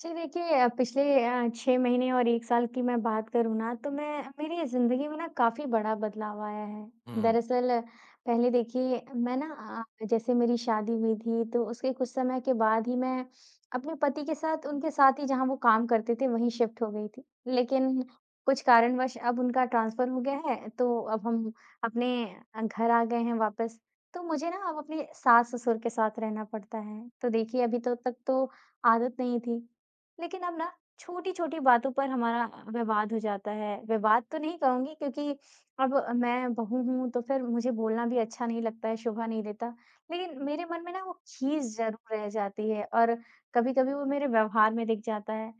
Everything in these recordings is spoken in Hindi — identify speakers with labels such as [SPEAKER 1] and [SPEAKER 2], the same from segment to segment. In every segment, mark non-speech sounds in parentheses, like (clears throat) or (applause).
[SPEAKER 1] जी देखिए पिछले 6 महीने और 1 साल की मैं बात करूँ ना तो मैं मेरी ज़िंदगी में ना काफ़ी बड़ा बदलाव आया है।
[SPEAKER 2] हुँ।
[SPEAKER 1] दरअसल पहले देखिए मैं ना जैसे मेरी शादी हुई थी तो उसके कुछ समय के बाद ही मैं अपने पति के साथ उनके साथ ही जहाँ वो काम करते थे वहीं शिफ्ट हो गई थी। लेकिन कुछ कारणवश अब उनका ट्रांसफ़र हो गया है तो अब हम अपने घर आ गए हैं वापस। तो मुझे ना अब अपने सास-ससुर के साथ रहना पड़ता है। तो देखिए अभी तक तो आदत नहीं थी। लेकिन अब ना छोटी-छोटी बातों पर हमारा विवाद हो जाता है। विवाद तो नहीं कहूँगी क्योंकि अब मैं बहू हूँ तो फिर मुझे बोलना भी अच्छा नहीं लगता है, शोभा नहीं देता। लेकिन मेरे मन में ना वो खीस ज़रूर रह जाती है और कभी-कभी वो मेरे व्यवहार में दिख जाता है।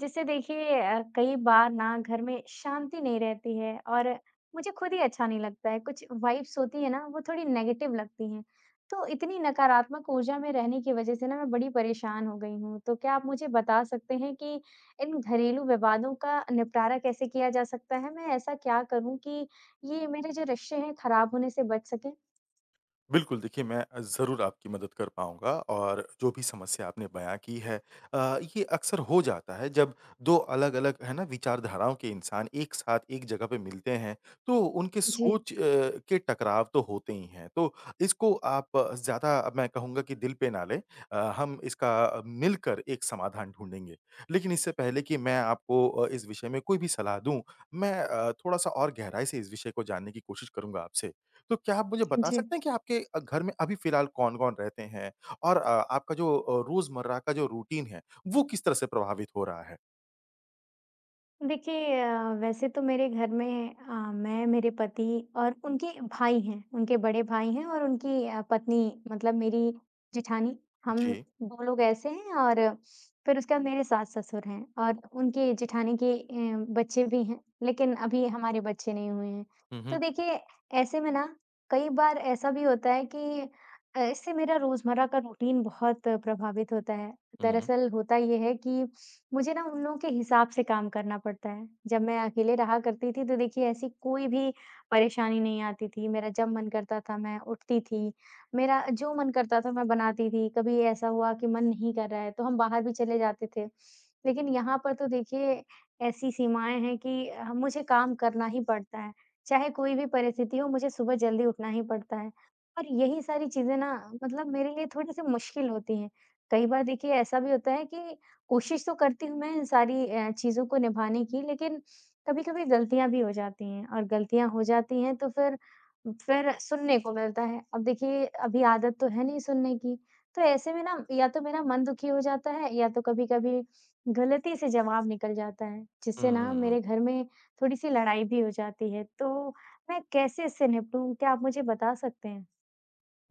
[SPEAKER 1] जिससे देखिए कई बार ना घर में शांति नहीं रहती है और मुझे खुद ही अच्छा नहीं लगता है। कुछ वाइब्स होती है ना वो थोड़ी नेगेटिव लगती हैं। तो इतनी नकारात्मक ऊर्जा में रहने की वजह से ना मैं बड़ी परेशान हो गई हूँ। तो क्या आप मुझे बता सकते हैं कि इन घरेलू विवादों का निपटारा कैसे किया जा सकता है? मैं ऐसा क्या करूँ कि ये मेरे जो रिश्ते हैं खराब होने से बच सकें?
[SPEAKER 2] बिल्कुल, देखिए मैं ज़रूर आपकी मदद कर पाऊँगा और जो भी समस्या आपने बयाँ की है। ये अक्सर हो जाता है जब 2 अलग-अलग है ना विचारधाराओं के इंसान एक साथ एक जगह पे मिलते हैं, तो उनके
[SPEAKER 1] जी।
[SPEAKER 2] सोच के टकराव तो होते ही हैं। तो इसको आप ज़्यादा अब मैं कहूँगा कि दिल पे ना लें। हम इसका मिलकर एक समाधान ढूँढेंगे। लेकिन इससे पहले कि मैं आपको इस विषय में कोई भी सलाह दूँ, मैं थोड़ा-सा और गहराई से इस विषय को जानने की कोशिश करूँगा आपसे। तो क्या आप मुझे
[SPEAKER 1] जी,
[SPEAKER 2] बता
[SPEAKER 1] जी।
[SPEAKER 2] सकते हैं कि आपके घर में अभी फ़िलहाल कौन-कौन रहते हैं? और आपका जो रोज़मर्रा का जो रूटीन है, वो किस तरह से प्रभावित हो रहा है?
[SPEAKER 1] देखिए वैसे तो मेरे घर में मैं, मेरे पति और उनके भाई हैं, उनके बड़े भाई हैं और उनकी पत्नी मतलब मेरी जेठानी, हम
[SPEAKER 2] जी।
[SPEAKER 1] 2 लोग ऐसे हैं और फिर उसके बाद मेरे सास-ससुर हैं और उनकी जेठानी के बच्चे भी हैं, लेकिन अभी हमारे बच्चे नहीं हुए हैं।
[SPEAKER 2] हुँ,
[SPEAKER 1] तो
[SPEAKER 2] हुँ।
[SPEAKER 1] देखिए, ऐसे में ना कई बार ऐसा भी होता है कि इससे मेरा रोज़मर्रा का रूटीन बहुत प्रभावित होता है।
[SPEAKER 2] हुँ, हुँ।
[SPEAKER 1] दरअसल होता ये है कि मुझे ना उन लोगों के हिसाब से काम करना पड़ता है। जब मैं अकेले रहा करती थी तो देखिए ऐसी कोई भी परेशानी नहीं आती थी। मेरा जब मन करता था मैं उठती थी, मेरा जो मन करता था मैं बनाती थी। कभी ऐसा हुआ कि मन नहीं कर रहा है तो हम बाहर भी चले जाते थे। लेकिन यहाँ पर तो देखिए ऐसी सीमाएँ हैं कि मुझे काम करना ही पड़ता है। चाहे कोई भी परिस्थिति हो मुझे सुबह जल्दी उठना ही पड़ता है। और यही सारी चीज़ें ना मतलब मेरे लिए थोड़ी-सी मुश्किल होती हैं। कई बार देखिए ऐसा भी होता है कि कोशिश तो करती हूँ मैं इन सारी चीज़ों को निभाने की, लेकिन कभी-कभी गलतियाँ भी हो जाती हैं और गलतियाँ हो जाती हैं तो फिर सुनने को मिलता है। अब देखिए अभी आदत तो है नहीं सुनने की, तो ऐसे में ना या तो मेरा मन दुखी हो जाता है या तो कभी-कभी गलती से जवाब निकल जाता है, जिससे
[SPEAKER 2] हुँ,
[SPEAKER 1] ना
[SPEAKER 2] हुँ, हुँ।
[SPEAKER 1] मेरे घर में थोड़ी-सी लड़ाई भी हो जाती है। तो मैं कैसे इससे निपटूँ? क्या आप मुझे बता सकते हैं?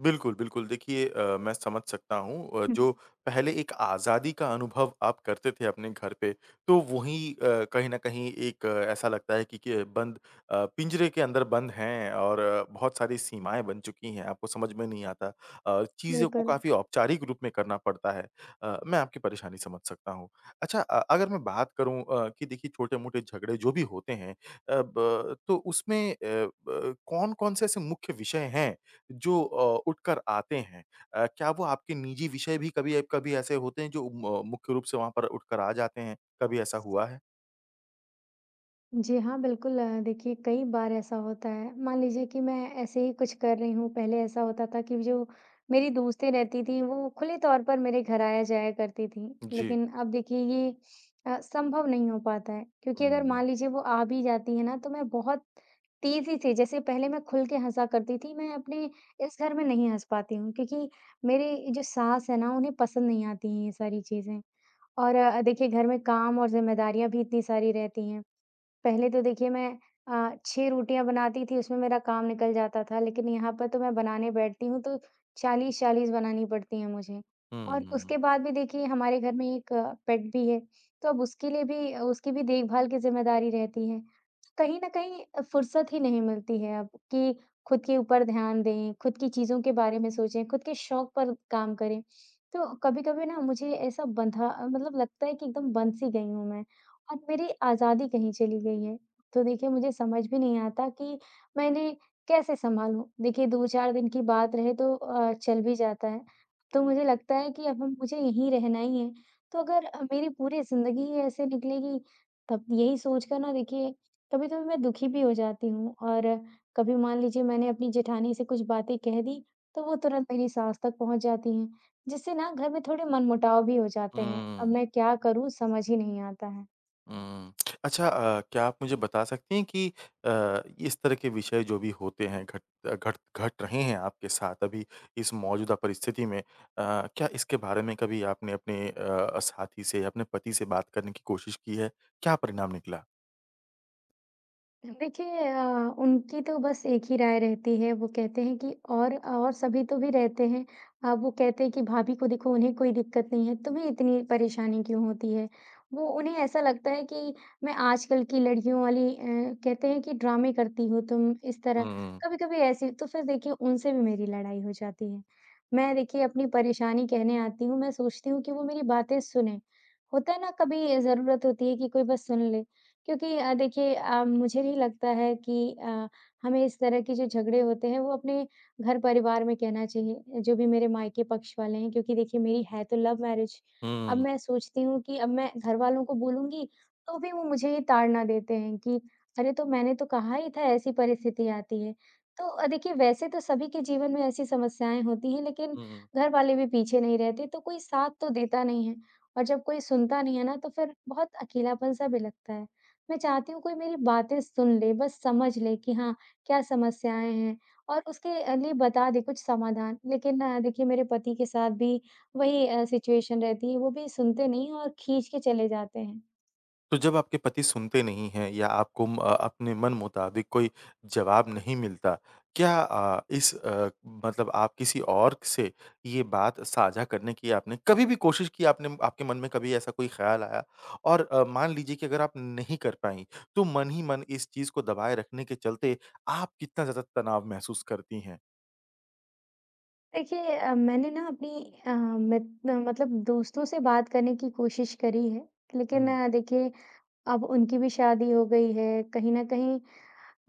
[SPEAKER 2] बिल्कुल, बिल्कुल। देखिए मैं समझ सकता हूँ
[SPEAKER 1] (laughs) हुँ,
[SPEAKER 2] जो पहले एक आज़ादी का अनुभव आप करते थे अपने घर पे, तो वही अ, कहीं न कहीं एक ऐसा लगता है कि बंद पिंजरे के अंदर बंद हैं और बहुत सारी सीमाएँ बन चुकी हैं, आपको समझ में नहीं आता। चीज़ों को
[SPEAKER 1] बिल्कुल।
[SPEAKER 2] काफ़ी औपचारिक रूप में करना पड़ता है। मैं आपकी परेशानी समझ सकता हूँ। अच्छा, अगर मैं बात करूँ कि देखिए छोटे-मोटे झगड़े जो भी होते हैं, अ, ब तो उसमें अ, ब कौन-कौन से ऐसे मुख्य विषय हैं जो उठकर आते हैं। क्या वो आपके निजी विषय भी कभी कभी ऐसे होते हैं जो म मुख्य रूप से वहाँ पर उठकर आ जाते हैं? कभी ऐसा हुआ है?
[SPEAKER 1] जी हाँ, बिल्कुल देखिए कई बार ऐसा होता है। मान लीजिए कि मैं ऐसे ही कुछ कर रही हूँ, पहले ऐसा होता था कि जो मेरी दोस्तें रहती थीं, वो खुले तौर पर मेरे घर आया जाया करती थीं।
[SPEAKER 2] जी।
[SPEAKER 1] लेकिन अब देखिए ये संभव नहीं हो पाता है क्योंकि अगर
[SPEAKER 2] हुँ,
[SPEAKER 1] मान लीजिए वो आ भी जाती हैं ना, तो मैं बहुत तेज़ी से जैसे पहले मैं खुल के हँसा करती थी, मैं अपने इस घर में नहीं हँस पाती हूँ क्योंकि मेरे जो सास हैं ना, उन्हें पसंद नहीं आती हैं ये सारी चीज़ें। और देखिए घर में काम और ज़िम्मेदारियाँ भी इतनी सारी रहती हैं। पहले तो देखिए मैं 6 रोटियाँ बनाती थी, उसमें मेरा काम निकल जाता था, लेकिन यहाँ पर तो मैं बनाने बैठती हूँ तो 40-40 बनानी पड़ती हैं मुझे। और
[SPEAKER 2] हुँ,
[SPEAKER 1] उसके बाद भी देखिए हमारे घर में एक पेट भी है, तो अब उसके लिए भी उसकी भी देखभाल की ज़िम्मेदारी रहती है। कहीं न कहीं फुर्सत ही नहीं मिलती है अब कि खुद के ऊपर ध्यान दें, खुद की चीज़ों के बारे में सोचें, खुद के शौक पर काम करें। तो कभी-कभी ना मुझे ऐसा बँधा मतलब लगता है कि एकदम बँध सी गई हूँ मैं। और मेरी आज़ादी कहीं चली गई है। तो देखिए मुझे समझ भी नहीं आता कि मैं इन्हें कैसे सँभालूँ? देखिए 2-4 दिन की बात रहे तो चल भी जाता है। तो मुझे लगता है कि अब हम मुझे यहीं रहना ही है। तो अगर मेरी पूरी ज़िंदगी ही ऐसे निकलेगी तब यही सोच कर ना देखिए कभी-कभी मैं दुखी भी हो जाती हूँ और कभी मान लीजिए मैंने अपनी जेठानी से कुछ बातें कह दी, तो वो तुरंत मेरी सास तक पहुँच जाती हैं, जिससे ना घर में थोड़े मनमुटाव भी हो जाते हैं। अब
[SPEAKER 2] हुँ,
[SPEAKER 1] मैं क्या करूँ समझ ही नहीं आता है।
[SPEAKER 2] हुँ। अच्छा, क्या आप मुझे बता सकती हैं कि इस तरह के विषय जो भी होते हैं, घट घट घट रहे हैं आपके साथ अभी इस मौजूदा परिस्थिति में, क्या इसके बारे में कभी आपने अपने साथी से, अपने पति से बात करने की कोशिश की है? क्या परिणाम निकला?
[SPEAKER 1] देखिए उनकी तो बस एक ही राय रहती है, वो कहते हैं कि और सभी तो भी रहते हैं। वो कहते हैं कि भाभी को देखो उन्हें कोई दिक्कत नहीं है, तुम्हें इतनी परेशानी क्यों होती है? वो उन्हें ऐसा लगता है कि मैं आजकल की लड़कियों वाली कहते हैं कि ड्रामे करती हो तुम इस तरह,
[SPEAKER 2] हुँ,
[SPEAKER 1] कभी-कभी ऐसी तो फिर देखिए उनसे भी मेरी लड़ाई हो जाती है। मैं देखिए अपनी परेशानी कहने आती हूँ, मैं सोचती हूँ कि वो मेरी बातें सुनें। होता है ना कभी ज़रूरत होती है कि कोई बस सुन ले। क्योंकि देखिए मुझे नहीं लगता है कि हमें इस तरह के जो झगड़े होते हैं वो अपने घर परिवार में कहना चाहिए, जो भी मेरे मायके पक्ष वाले हैं क्योंकि देखिए मेरी है तो लव मैरिज। अब
[SPEAKER 2] हुँ,
[SPEAKER 1] मैं सोचती हूँ कि अब मैं घरवालों को बोलूँगी तो भी वो मुझे ये ताड़ना देते हैं कि अरे तो मैंने तो कहा ही था ऐसी परिस्थिति आती है। तो देखिए वैसे तो सभी के जीवन में ऐसी समस्याएँ होती हैं लेकिन
[SPEAKER 2] हुँ।
[SPEAKER 1] घरवाले भी पीछे नहीं रहते तो कोई साथ तो देता नहीं है और जब कोई सुनता नहीं है ना तो फिर बहुत अकेलापन-सा भी लगता है। मैं चाहती हूँ कोई मेरी बातें सुन ले, बस समझ ले कि हाँ, क्या समस्याएँ हैं और उसके लिए बता दे कुछ समाधान। लेकिन देखिए मेरे पति के साथ भी वही सिचुएशन रहती है, वो भी सुनते नहीं और खींच के चले जाते हैं।
[SPEAKER 2] तो जब आपके पति सुनते नहीं हैं या आपको अपने मन मुताबिक कोई जवाब नहीं मिलता, क्या इस मतलब आप किसी और से ये बात साझा करने की आपने कभी भी कोशिश की, आपने आपके मन में कभी ऐसा कोई ख़्याल आया? और मान लीजिए कि अगर आप नहीं कर पाईं, तो मन ही मन इस चीज़ को दबाए रखने के चलते आप कितना ज़्यादा तनाव महसूस करती हैं?
[SPEAKER 1] देखिए मैंने ना अपनी अ, मतलब दोस्तों से बात करने की कोशिश करी है, लेकिन
[SPEAKER 2] हुँ।
[SPEAKER 1] देखिए अब उनकी भी शादी हो गई है, कहीं न कहीं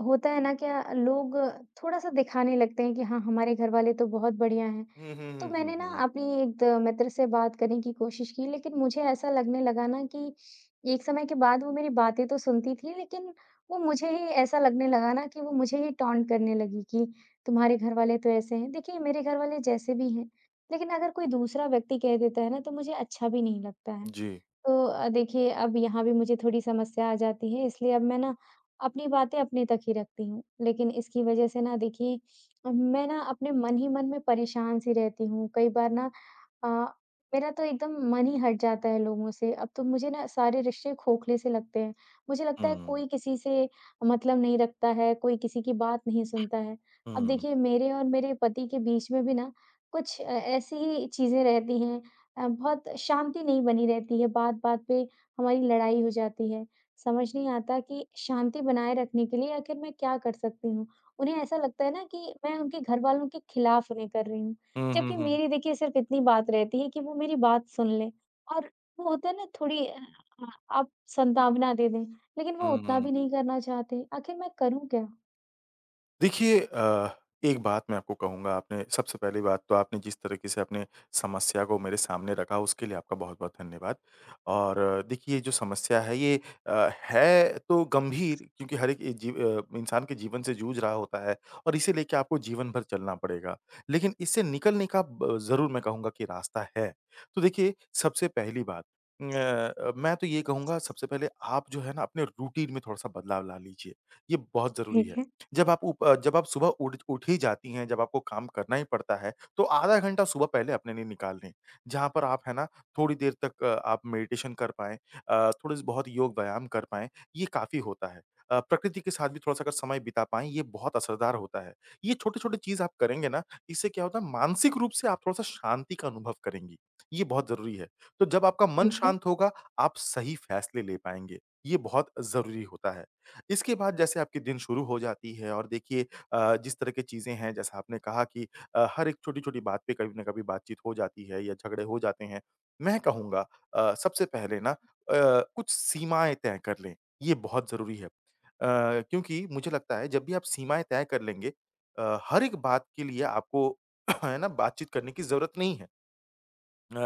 [SPEAKER 1] होता है ना क्या लोग थोड़ा-सा दिखाने लगते हैं कि हाँ, हमारे घरवाले तो बहुत बढ़िया हैं।
[SPEAKER 2] हुँ, हुँ,
[SPEAKER 1] तो
[SPEAKER 2] हुँ, हुँ,
[SPEAKER 1] मैंने ना
[SPEAKER 2] हुँ।
[SPEAKER 1] अपनी एक द मित्र से बात करने की कोशिश की, लेकिन मुझे ऐसा लगने लगा ना कि एक समय के बाद वो मेरी बातें तो सुनती थी, लेकिन वो मुझे ही ऐसा लगने लगा ना कि वो मुझे ही टॉन्ट करने लगी कि तुम्हारे घरवाले तो ऐसे हैं। देखिए, मेरे घरवाले जैसे भी हैं, लेकिन अगर कोई दूसरा व्यक्ति कह देता है ना, तो मुझे अच्छा भी नहीं लगता है।
[SPEAKER 2] जी।
[SPEAKER 1] तो देखिए, अब यहाँ भी मुझे थोड़ी समस्या आ जाती है, इसलिए अब मैं ना अपनी बातें अपने तक ही रखती हूँ। लेकिन इसकी वजह से ना देखिए अब मैं ना अपने मन ही मन में परेशान सी रहती हूँ। कई बार ना अ, मेरा तो एकदम मन ही हट जाता है लोगों से। अब तो मुझे ना सारे रिश्ते खोखले से लगते हैं। मुझे
[SPEAKER 2] हुँ,
[SPEAKER 1] लगता है
[SPEAKER 2] हुँ।
[SPEAKER 1] कोई किसी से मतलब नहीं रखता है, कोई किसी की बात नहीं सुनता है। अब
[SPEAKER 2] हुँ।
[SPEAKER 1] देखिए मेरे और मेरे पति के बीच में भी ना कुछ ऐसी ही चीज़ें रहती हैं बहुत शांति नहीं बनी रहती है, बात-बात पे हमारी लड़ाई हो जाती है। समझ नहीं आता कि शांति बनाए रखने के लिए आखिर मैं क्या कर सकती हूँ? उन्हें ऐसा लगता है ना कि मैं उनके घरवालों के खिलाफ उन्हें कर रही हूँ।
[SPEAKER 2] हुँ, हुँ,
[SPEAKER 1] जबकि
[SPEAKER 2] हुँ।
[SPEAKER 1] मेरी देखिए सिर्फ़ इतनी बात रहती है कि वो मेरी बात सुन लें और वो होता है ना थोड़ी आ- आप संभावना दे दें, लेकिन वो
[SPEAKER 2] हुँ,
[SPEAKER 1] उतना
[SPEAKER 2] हुँ।
[SPEAKER 1] भी नहीं करना चाहते। आखिर मैं करूँ क्या?
[SPEAKER 2] देखिए, एक बात मैं आपको कहूँगा, आपने सबसे पहली बात तो आपने जिस तरीके से अपने समस्या को मेरे सामने रखा उसके लिए आपका बहुत-बहुत धन्यवाद। और देखिए ये जो समस्या है ये है तो गंभीर, क्योंकि हर एक जीव इंसान के जीवन से जूझ रहा होता है और इसे लेके आपको जीवन भर चलना पड़ेगा। लेकिन इससे निकलने का ब ज़रूर मैं कहूँगा कि रास्ता है। तो देखिए सबसे पहली बात, मैं तो ये कहूँगा सबसे पहले आप जो है ना अपने रूटीन में थोड़ा-सा बदलाव ला लीजिए। ये बहुत ज़रूरी
[SPEAKER 1] ठीक
[SPEAKER 2] है।
[SPEAKER 1] है,
[SPEAKER 2] जब आप सुबह उठ उठ ही जाती हैं, जब आपको काम करना ही पड़ता है, तो आधा घंटा सुबह पहले अपने लिए निकाल लें। जहाँ पर आप है ना, थोड़ी देर तक आप मेडिटेशन कर पाएँ, थोड़े से बहुत योग व्यायाम कर पाएँ, ये काफ़ी होता है। प्रकृति के साथ भी थोड़ा-सा अगर समय बिता पाएँ, ये बहुत असरदार होता है। ये छोटे-छोटे चीज़ आप करेंगे ना, इससे क्या होता है मानसिक रूप से आप थोड़ा-सा शांति का अनुभव करेंगी। ये बहुत ज़रूरी है। तो जब आपका मन
[SPEAKER 1] ठीक है।
[SPEAKER 2] शांत होगा, आप सही फैसले ले पाएँगे। ये बहुत ज़रूरी होता है। इसके बाद जैसे आपकी दिन शुरू हो जाती है और देखिए जिस तरह की चीज़ें हैं, जैसा आपने कहा कि हर एक छोटी-छोटी बात पे कभी न कभी बातचीत हो जाती है या झगड़े हो जाते हैं। मैं कहूँगा सबसे पहले ना कुछ सीमाएँ तय कर लें, ये बहुत ज़रूरी है। क्योंकि मुझे लगता है जब भी आप सीमाएँ तय कर लेंगे, हर एक बात के लिए आपको (clears throat) है ना बातचीत करने की ज़रूरत नहीं है। अ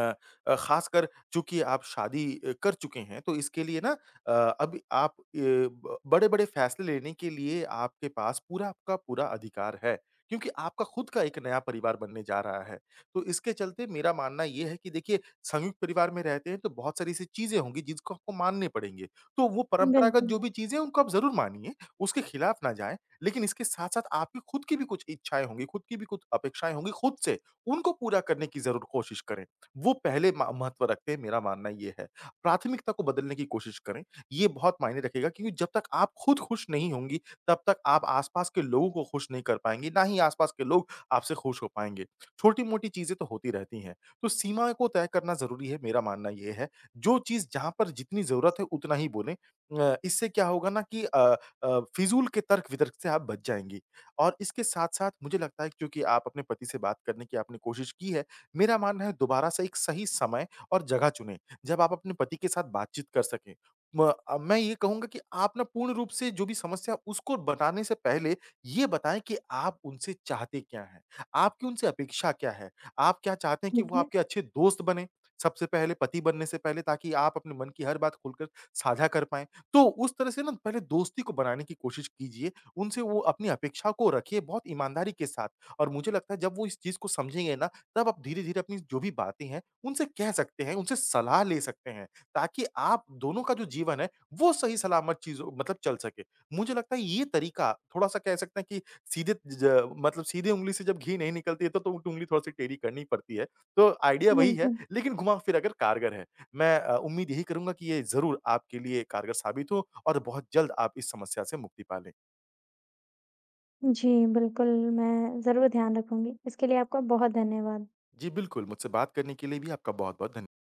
[SPEAKER 2] ख़ासकर चूँकि आप शादी कर चुके हैं, तो इसके लिए ना अ, अब आप अ, ब बड़े-बड़े फ़ैसले लेने के लिए आपके पास पूरा का पूरा अधिकार है, क्योंकि आपका खुद का एक नया परिवार बनने जा रहा है। तो इसके चलते मेरा मानना ये है कि देखिए, संयुक्त परिवार में रहते हैं, तो बहुत सारी ऐसी चीज़ें होंगी जिसको आपको मानने पड़ेंगे। तो वो परंपरागत
[SPEAKER 1] बिल्कुल,
[SPEAKER 2] जो भी चीज़ें हैं, उनको आप ज़रूर मानिए, उसके खिलाफ ना जाएँ, लेकिन इसके साथ-साथ आपकी खुद की भी कुछ इच्छाएँ होंगी, खुद की भी कुछ अपेक्षाएँ होंगी खुद से, उनको पूरा करने की ज़रूर कोशिश करें। वो पहले म महत्व रखते हैं, मेरा मानना ये है। प्राथमिकता को बदलने की कोशिश करें, ये बहुत मायने रखेगा क्योंकि जब तक आप खुद खुश नहीं होंगी, तब तक आप आस-पास के लोगों को खुश नहीं कर पाएँगी, ना ही आस-पास के लोग आपसे खुश हो पाएँगे। छोटी-मोटी चीज़ें तो होती रहती हैं, तो सीमा को तय करना ज़रूरी है, मेरा मानना ये है। जो चीज़ जहाँ पर जितनी ज़रूरत है, उतना ही बोलें। इससे क्या होगा ना कि फ़िज़ूल के तर्क-वितर्क से आप बच जाएँगी और इसके साथ-साथ मुझे लगता है क्योंकि आप अपने पति से बात करने की आपने कोशिश की है, मेरा मानना है दोबारा से एक सही समय और जगह चुनें, जब आप अपने पति के साथ बातचीत कर सकें। मैं ये कहूँगा कि आप ना पूर्ण रूप से जो भी समस्या उसको बताने से पहले ये बताएँ कि आप उनसे चाहते क्या हैं? आपकी उनसे अपेक्षा क्या है? आप क्या चाहते हैं कि
[SPEAKER 1] ठीक
[SPEAKER 2] वो
[SPEAKER 1] है,
[SPEAKER 2] आपके अच्छे दोस्त बनें, सबसे पहले पति बनने से पहले, ताकि आप अपने मन की हर बात खुलकर साझा कर पाएँ। तो उस तरह से ना पहले दोस्ती को बनाने की कोशिश कीजिए, उनसे वो अपनी अपेक्षा को रखिए बहुत ईमानदारी के साथ, और मुझे लगता है जब वो इस चीज़ को समझेंगे ना, तब आप धीरे-धीरे अपनी जो भी बातें हैं, उनसे कह सकते हैं, उनसे सलाह ले सकते हैं, ताकि आप दोनों का जो जीवन है, वो सही-सलामत चीज़ों मतलब चल सके। मुझे लगता है ये तरीका थोड़ा-सा कह सकते हैं कि सीधे ज मतलब सीधे उंगली से जब घी नहीं निकलती है तो उंगली थोड़ी-सी टेढ़ी करनी ही पड़ती है। तो आइडिया वही है,
[SPEAKER 1] बिल्कुल।
[SPEAKER 2] लेकिन घुमा-फिरा कर कारगर है। मैं उम्मीद यही करूँगा कि ये ज़रूर आपके लिए कारगर साबित हो और बहुत जल्द आप इस समस्या से मुक्ति पा लें।
[SPEAKER 1] जी, बिल्कुल, मैं ज़रूर ध्यान रखूँगी। इसके लिए आपका बहुत धन्यवाद।
[SPEAKER 2] जी बिल्कुल, मुझसे बात करने के लिए भी आपका बहुत-बहुत धन्य